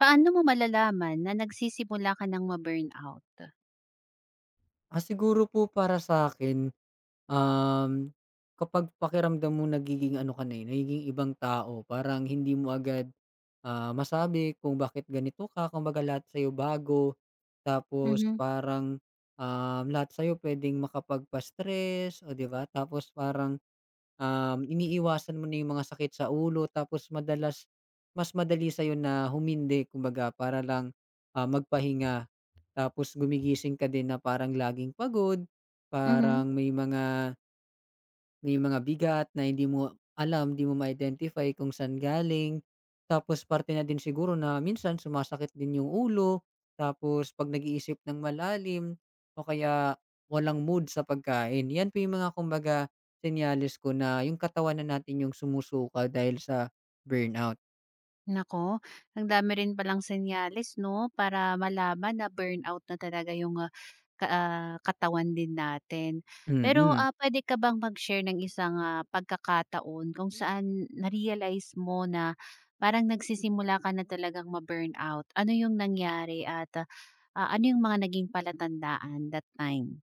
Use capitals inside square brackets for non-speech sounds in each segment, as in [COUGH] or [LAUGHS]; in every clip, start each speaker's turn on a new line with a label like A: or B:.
A: Paano mo malalaman na nagsisimula ka ng ma-burnout?
B: Ah, siguro po para sa'kin, um, kapag pakiramdam mo nagiging ano ka na, eh, nagiging ibang tao parang hindi mo agad, masabi kung bakit ganito ka. Kung kumbaga lahat sa'yo bago, tapos
A: Mhm.
B: parang, lahat sa'yo puwedeng makapagpa-stress o 'di ba? Tapos parang, iniiwasan mo na yung mga sakit sa ulo tapos madalas mas madali sa'yo na humindi kumbaga para lang, magpahinga. Tapos gumigising ka din na parang laging pagod,
A: Mhm.
B: parang may mga bigat na hindi mo alam, hindi mo ma-identify kung saan galing. Tapos parte na din siguro na minsan sumasakit din yung ulo, tapos 'pag nag-iisip ng malalim o kaya walang mood sa pagkain. Yan po yung mga kumbaga senyales ko na yung katawan na natin yung sumusuka dahil sa burnout.
A: Naku, ang dami rin palang senyales 'no, para malaman na burnout na talaga yung katawan din natin. Pero,
B: Mm.
A: ah, puwede ka bang mag-share ng isang pagkakataon kung saan na-realize mo na parang nagsisimula ka na talagang ma-burnout? Ano yung nangyari at, ano yung mga naging palatandaan that time?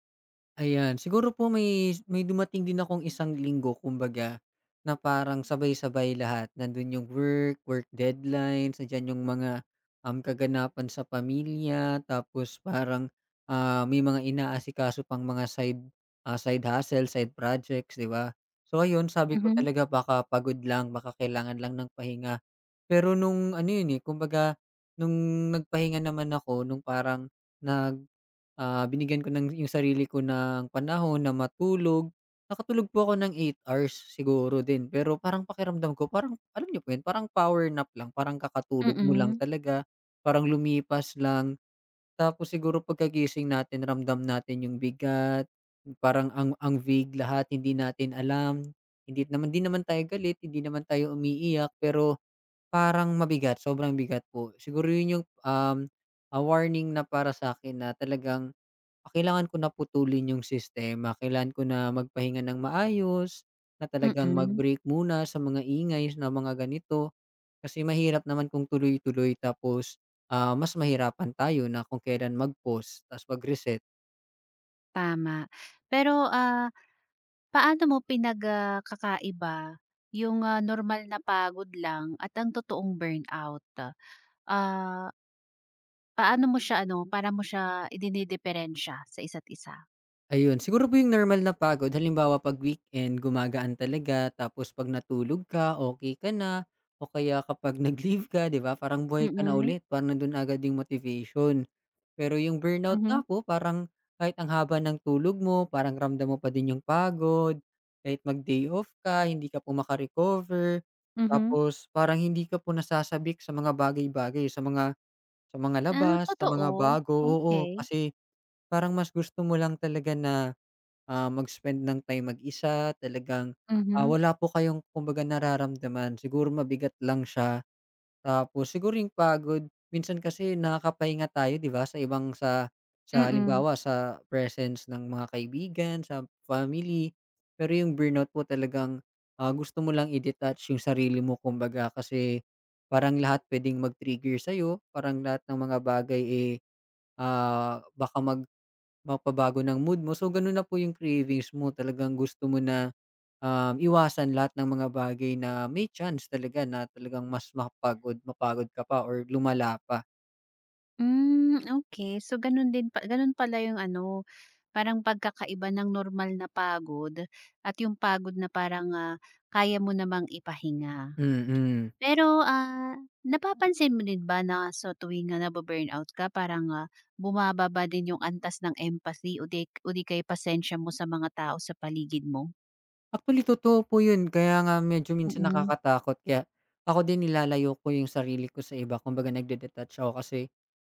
B: Ayan, siguro po may dumating din akong isang linggo kumbaga, na parang sabay-sabay lahat. Nandun yung work deadlines, nandiyan yung mga, kaganapan sa pamilya, tapos parang, may mga inaasikaso pang mga side, side hustle, side projects, 'di ba? So ayun, sabi ko
A: Mhm.
B: talaga baka pagod lang, baka kailangan lang ng pahinga. Pero nung ano yun, eh, kumbaga nung nagpahinga naman ako nung parang nag binigyan ko ng yung sarili ko ng panahon na matulog. Nakatulog po ako ng 8 hours siguro din, pero parang pakiramdam ko parang alam niyo po yun, parang power nap lang, parang kakatulog mo lang
A: Mm.
B: talaga, parang lumipas lang. Tapos siguro pagkagising natin ramdam natin yung bigat, parang ang vague lahat, hindi natin alam. Hindi naman di naman tayo galit, hindi naman tayo umiiyak, pero parang mabigat, sobrang bigat po. Siguro yun yung, warning na para sa akin na talagang kailangan ko na putulin yung sistema, kailangan ko na magpahinga ng maayos, na talagang
A: Mm.
B: mag-break muna sa mga ingay na mga ganito. Kasi mahirap naman kung tuloy-tuloy tapos, mas mahirapan tayo na kung kailan mag-pause ta's.
A: Tama. Pero, paano mo yung normal na pagod lang at ang totoong burnout? Ah, Paano mo siya ano, para mo siya idinidiperensiya sa isa't isa?
B: Ayun, siguro po yung normal na pagod halimbawa 'pag weekend gumagaan talaga tapos 'pag natulog ka, okey ka na o kaya kapag [LAUGHS] nag-leave ka 'di ba parang buhay ka na
A: Mm.
B: ulit, parang nandun agad yung motivation. Pero yung burnout nga
A: Mhm.
B: po parang kahit ang haba ng tulog mo, parang ramdam mo pa din yung pagod, kahit mag-day off ka hindi ka po
A: Mhm.
B: tapos parang hindi ka po nasasabik sa mga bagay-bagay, sa mga
A: Ah,
B: labas, sa mga
A: totoo?
B: bago oo,
A: Okey.
B: kasi parang mas gusto mo lang talaga na mag-spend ng time mag-isa talagang,
A: Mhm.
B: wala po kayong kumbaga nararamdaman. Siguro mabigat lang siya tapos siguro yung pagod minsan kasi nakakapahinga tayo 'di ba sa ibang sa
A: Mm.
B: halimbawa sa presence ng mga kaibigan, sa family. Pero yung burnout po talagang, gusto mo lang i-detach yung sarili mo kumbaga kasi parang lahat puwedeng mag-trigger sa'yo, parang lahat ng mga bagay, eh, baka mapabago ng mood mo. So, ganun na po yung cravings mo. Talagang gusto mo na, iwasan lahat ng mga bagay na may chance talaga na talagang mas mapagod mapagod ka pa or lumala pa.
A: Hmm, okay. So ganun din pa ganun pala yung ano, parang pagkakaiba ng normal na pagod at yung pagod na parang, kaya mo namang ipahinga.
B: Mm.
A: Pero, ah, napapansin mo din ba na sa tuwing, nabu-burnout ka parang, bumababa ba din yung antas ng empathy o di kaya pasensya mo sa mga tao sa paligid mo?
B: Actually, totoo po yun. Kaya nga medyo minsan
A: Mm.
B: nakakatakot. Kaya ako din nilalayo ko yung sarili ko sa iba. Kumbaga nagde-detach ako kasi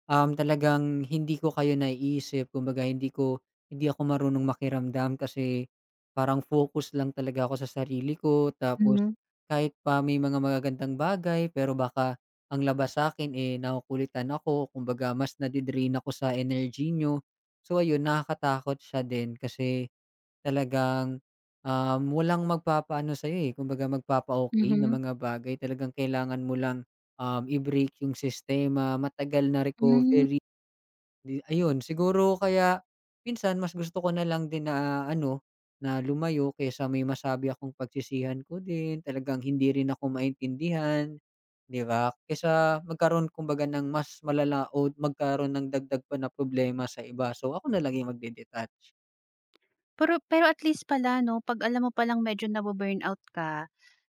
B: Talagang hindi ko kayo naiisip kumbaga hindi ako marunong makiramdam kasi parang focus lang talaga ako sa sarili ko tapos
A: Mhm.
B: kahit pa may mga magagandang bagay pero baka ang labas sa akin eh, nakukulitan ako kumbaga mas nade-drain ako sa energy niyo. So ayun, nakakatakot siya din kasi talagang, walang magpapaano sa'yo, eh, kumbaga magpapa okay na
A: Mhm.
B: mga bagay. Talagang kailangan mo lang, i-break yung sistema, matagal na
A: Mm.
B: recovery, di ayun. Siguro kaya minsan mas gusto ko na lang din na ano, na lumayo kaysa may masabi akong pagsisihan ko din, talagang hindi rin ako maintindihan, 'di ba? Kaysa magkaroon kumbaga ng mas malala o magkaroon ng dagdag pa na problema sa iba. So, ako na lang yung magde
A: Pero pero at least pala 'no, 'pag alam mo palang medyo nabu-burnout ka,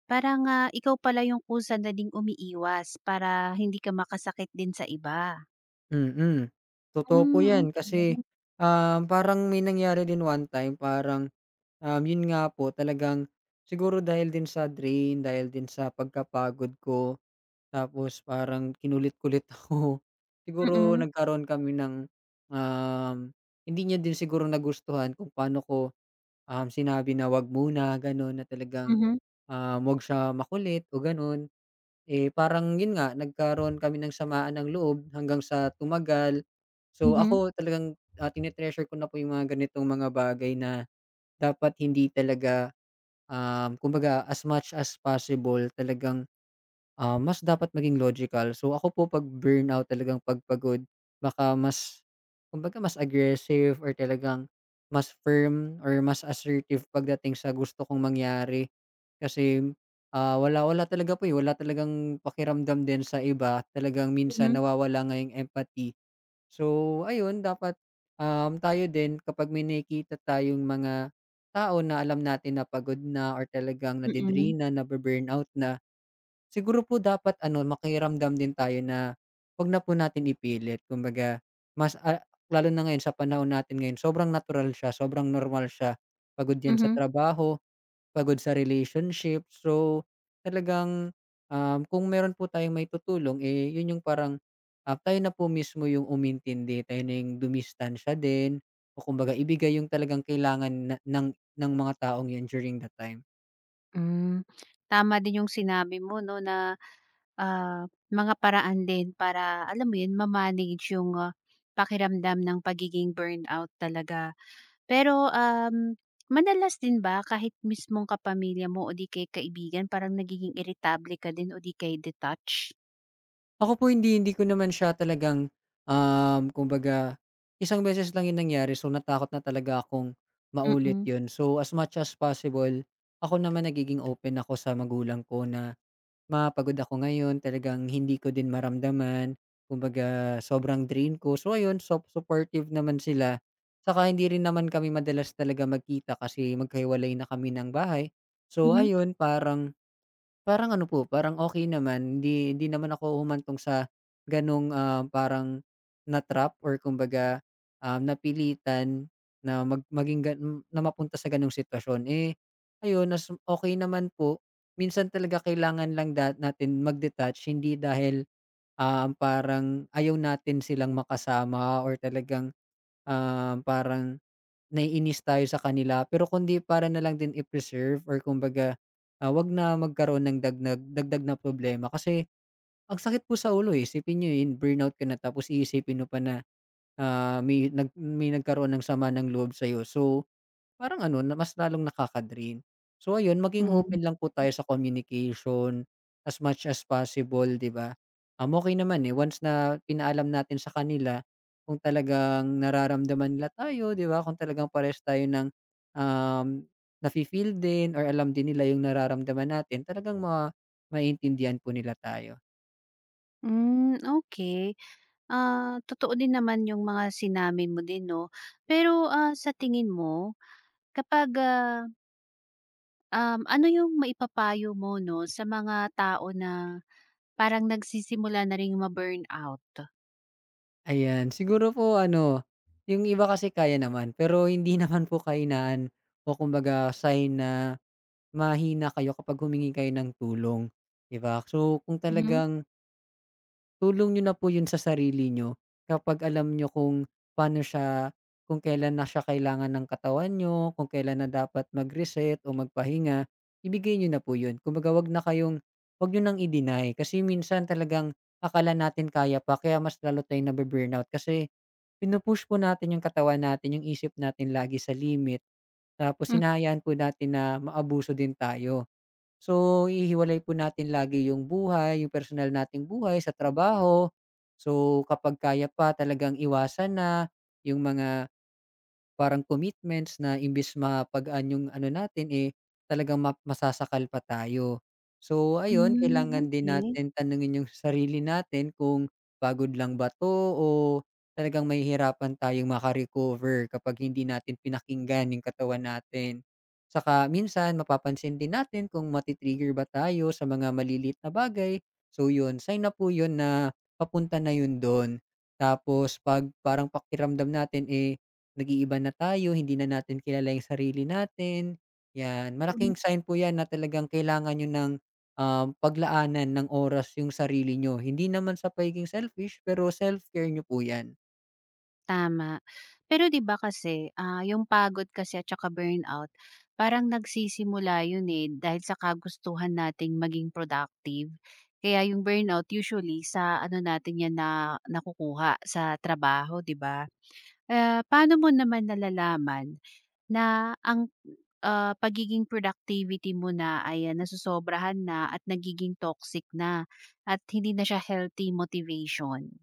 A: parang, ikaw pala yung kusa na ding umiiwas para hindi ka makasakit din sa iba.
B: Mm, totoo po
A: Mm,
B: 'yan
A: okay.
B: kasi, parang may nangyari din one time parang, 'yun nga po talagang siguro dahil din sa drain, dahil din sa pagkapagod ko tapos parang kinulit-kulit [LAUGHS] ako. Siguro
A: Mm.
B: nagkaroon kami ng, um, hindi niya din siguro nagustuhan kung paano ko, sinabi na, "'Wag muna." gano'n na talagang,
A: Mhm.
B: 'wag siya makulit o gano'n. Eh, parang yun nga, nagkaroon kami ng samaan ng loob hanggang sa tumagal. So,
A: Mhm.
B: ako talagang, tine-treasure ko na po yung mga ganitong mga bagay na dapat hindi talaga, kumbaga as much as possible talagang mas dapat maging logical. So, ako po 'pag burnout talagang 'pag pagod baka mas kumbaga mas aggressive or talagang mas firm or mas assertive pagdating sa gusto kong mangyari. Kasi, wala wala talaga po, eh, wala talagang pakiramdam din sa iba. Talagang minsan
A: Mhm.
B: nawawala nga yung empathy. So, ayun dapat, tayo din kapag may nakikita tayong mga tao na alam natin na pagod na or talagang
A: Mm.
B: nadidrina, nabu-burnout na. Siguro po dapat ano, makiramdam din tayo na, 'wag na po natin ipilit. Kumbaga, mas lalo na ngayon sa panahon natin ngayon, sobrang natural siya, sobrang normal siya. Pagod 'yan sa
A: Mhm.
B: trabaho, pagod sa relationship. So, talagang, kung meron po tayong maitutulong, eh, 'yun yung parang, tayo na po mismo yung umintindi, tayo na yung dumistansya din o kumbaga ibigay yung talagang kailangan na ng mga taong 'yun during that time.
A: Hmm, tama din yung sinabi mo 'no na, ah, mga paraan din para alam mo yun ma-manage yung pakiramdam ng pagiging burnout talaga. Pero, madalas din ba kahit mismong kapamilya mo o di kaya kaibigan parang nagiging iritable ka din o di kaya detach?
B: Ako po hindi, hindi ko naman siya talagang, kumbaga isang beses lang 'yun nangyari so natakot na talaga akong maulit
A: Mm.
B: 'yun. So as much as possible, ako naman nagiging open ako sa magulang ko na mapagod ako ngayon, talagang hindi ko din maramdaman, kumbaga sobrang drain ko. So ayun, supportive naman sila. Saka hindi rin naman kami madalas talaga magkita kasi magkahiwalay na kami ng bahay. So
A: Mhm.
B: ayun, parang parang ano po, parang okey naman. Hindi hindi naman ako humantong sa gano'ng, parang na-trap or kumbaga, napilitan na mag maging ga na mapunta sa gano'ng sitwasyon. Eh, ayun nas okey naman po. Minsan talaga kailangan lang da natin mag-detach hindi dahil, parang ayaw natin silang makasama or talagang, parang naiinis tayo sa kanila pero kundi para na lang din i-preserve or kumbaga, 'wag na magkaroon ng dagdag dagdag na problema kasi ang sakit po sa ulo, eh. Isipin niyo yun, burnout ka na tapos iisipin mo pa na, may nagkaroon ng sama ng loob sa'yo. So parang ano na mas lalong nakaka-drain. So ayun, maging
A: Hmm.
B: open lang po tayo sa communication as much as possible, 'di ba? Okey naman, eh, once na pinaalam natin sa kanila kung talagang nararamdaman nila tayo, 'di ba? Kung talagang parehas tayo ng, um, nafi-feel din or alam din nila yung nararamdaman natin, talagang maintindihan po nila tayo.
A: Hmm. Okey. Ah, totoo din naman yung mga sinabi mo din 'no. Pero, sa tingin mo kapag, ah ano yung maipapayo mo 'no, sa mga tao na parang nagsisimula na ring ma-burnout?
B: Ayan, siguro po ano, yung iba kasi kaya naman pero hindi [LAUGHS] naman po kahinaan o kumbaga sign na mahina kayo kapag humingi kayo ng tulong, 'di ba? So, kung
A: Mhm.
B: talagang tulong niyo na po 'yun sa sarili niyo kapag alam niyo kung paano siya kung kailan na siya kailangan ng katawan niyo, kung kailan na dapat mag-reset o magpahinga, ibigay niyo na po 'yun. Kumbaga, huwag na kayong huwag niyo nang i-deny kasi minsan talagang akala natin kaya pa kaya mas lalo tayong nabu-burnout kasi pinu po natin 'yung katawan natin, 'yung isip natin lagi sa limit tapos
A: Mm.
B: hinahayaan po natin na maabuso din tayo. So, ihiwalay po natin lagi yung buhay, yung personal nating buhay sa trabaho. So, kapag kaya pa talagang iwasan na yung mga parang commitments na imbes mapagaan yung ano natin, eh, talagang masasakal pa tayo. So ayun,
A: Hmm,
B: kailangan din
A: okey.
B: natin tanungin yung sarili natin kung pagod lang ba 'to o talagang mahihirapan tayong maka-recover kapag hindi natin pinakinggan yung katawan natin. Saka minsan mapapansin din natin kung mati ba tayo sa mga malilit na bagay. So yun, sign na po yun na papunta na yun dun. Tapos 'pag parang pakiramdam natin, eh, nag-iiba na tayo, hindi na natin kilala yung sarili natin, 'yan.
A: Mhm.
B: Malaking sign po 'yan na talagang kailangan niyo ng, paglaanan ng oras yung sarili niyo. Hindi naman sa pagiging selfish, pero self-care niyo po 'yan.
A: Tama. Pero 'di ba kasi, yung pagod kasi at saka burnout, parang nagsisimula yun, eh, dahil sa kagustuhan nating maging productive. Kaya yung burnout usually sa ano natin yan na nakukuha, sa trabaho, 'di ba? Paano mo naman nalalaman na ang, pagiging productivity mo na ay ayan nasosobrahan na at nagiging toxic na at hindi na siya healthy motivation.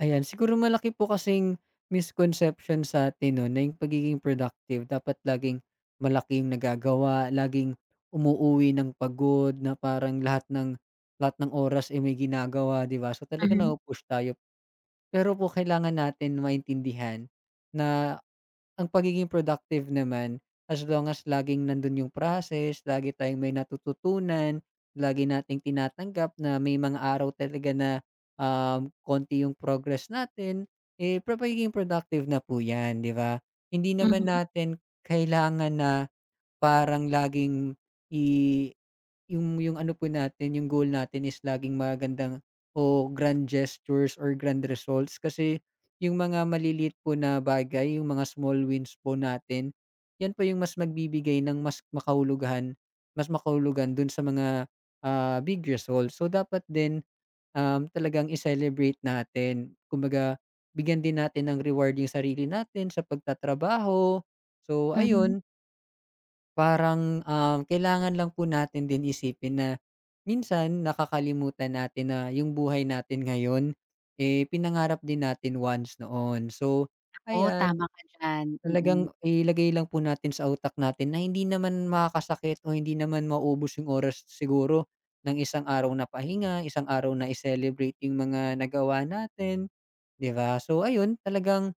B: Ayan, siguro malaki po kasing misconception sa atin 'no, na yung pagiging productive dapat laging malaking nagagawa, laging umuuwi ng pagod na parang lahat ng oras, ay may ginagawa, 'di ba? So, talagang
A: Mhm.
B: napu-push tayo. Pero po kailangan natin maintindihan na ang pagiging productive naman as long as laging nandun yung process, lagi tayong may natututunan, lagi nating tinatanggap na may mga araw talaga na, konti yung progress natin, eh, pagiging productive na po 'yan, 'di ba? Hindi naman
A: Mhm.
B: natin kailangan na parang laging yung ano po natin, yung goal natin is laging magandang o grand gestures or grand results kasi yung mga maliliit po na bagay, yung mga small wins po natin, yan po yung mas magbibigay ng mas makahulugan dun sa mga, big results. So, dapat din, talagang i-celebrate natin. Kumbaga, bigyan din natin ng reward yung sarili natin sa pagtatrabaho. So,
A: Mhm.
B: ayun, parang, kailangan lang po natin din isipin na minsan nakakalimutan natin na yung buhay natin ngayon, eh, pinangarap din natin once noon. So,
A: Oo,
B: ayan,
A: tama ka diyan, mm.
B: talagang ilagay lang po natin sa utak natin na hindi naman makakasakit o hindi naman maubos yung oras siguro ng isang araw na pahinga, isang araw na i-celebrate yung mga nagawa natin, 'di ba? So ayun, talagang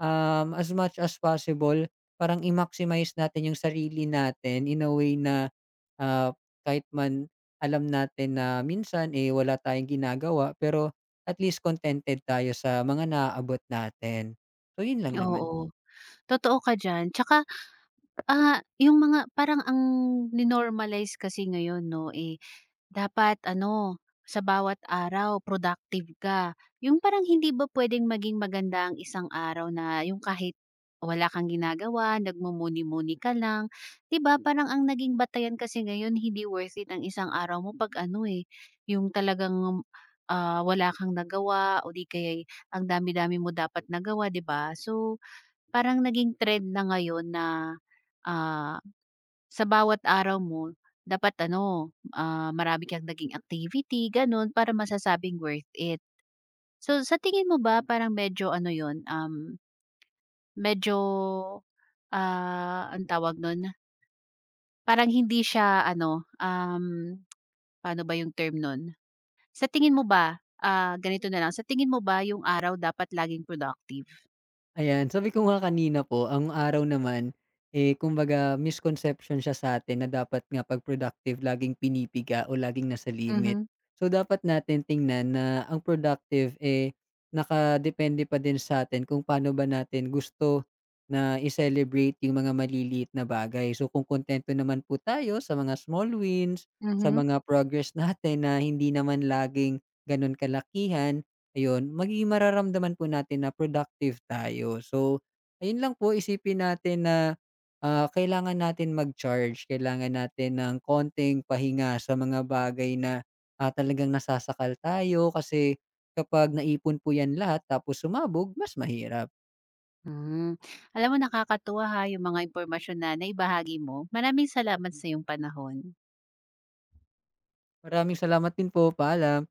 B: as much as possible parang i-maximize natin yung sarili natin in a way na, ah, kahit man alam natin na minsan, eh, wala tayong ginagawa pero at least contented tayo sa mga naaabot natin. So, yun lang naman.
A: Oo, totoo ka diyan. Tsaka, yung mga parang ang ni-normalize kasi ngayon 'no, eh dapat ano, sa bawat araw productive ka. Yung parang hindi ba puwedeng maging maganda ang isang araw na yung kahit wala kang ginagawa, nagmumuni-muni ka lang. 'Di ba parang ang naging batayan kasi ngayon hindi worth it ang isang araw mo 'pag ano, eh, yung talagang, wala kang nagawa o 'di kaya eh, ang dami-dami mo dapat nagawa, 'di ba? So, parang naging trend na ngayon na, ah sa bawat araw mo dapat ano, marami kang naging activity gano'n para masasabing worth it. So sa tingin mo ba parang medyo ano 'yun, medyo, anong tawag nun, parang hindi siya ano, paano ba yung term nun? Sa tingin mo ba, ganito na lang, sa tingin mo ba yung araw dapat laging productive?
B: Ayan, sabi ko nga kanina po, ang araw naman, eh, kumbaga misconception siya sa'tin na dapat nga 'pag productive laging pinipiga o laging nasa limit.
A: Mhm.
B: So, dapat natin tingnan na ang productive, eh, nakadepende pa din sa'tin kung paano ba natin gusto na i-celebrate yung mga maliliit na bagay. So, kung kontento naman po tayo sa mga small wins, sa
A: Mhm.
B: mga progress natin na hindi naman laging gano'n kalakihan. Ayun, magiging mararamdaman po natin na productive tayo. So, ayun lang po isipin natin na, kailangan natin mag-charge, kailangan natin ng konting pahinga sa mga bagay na, talagang nasasakal tayo kasi kapag naipon po 'yan lahat tapos sumabog mas mahirap.
A: Hmm, alam mo nakakatuwa ha yung mga impormasyon na naibahagi mo. Maraming salamat sa iyong panahon.
B: Maraming salamat din po, paalam.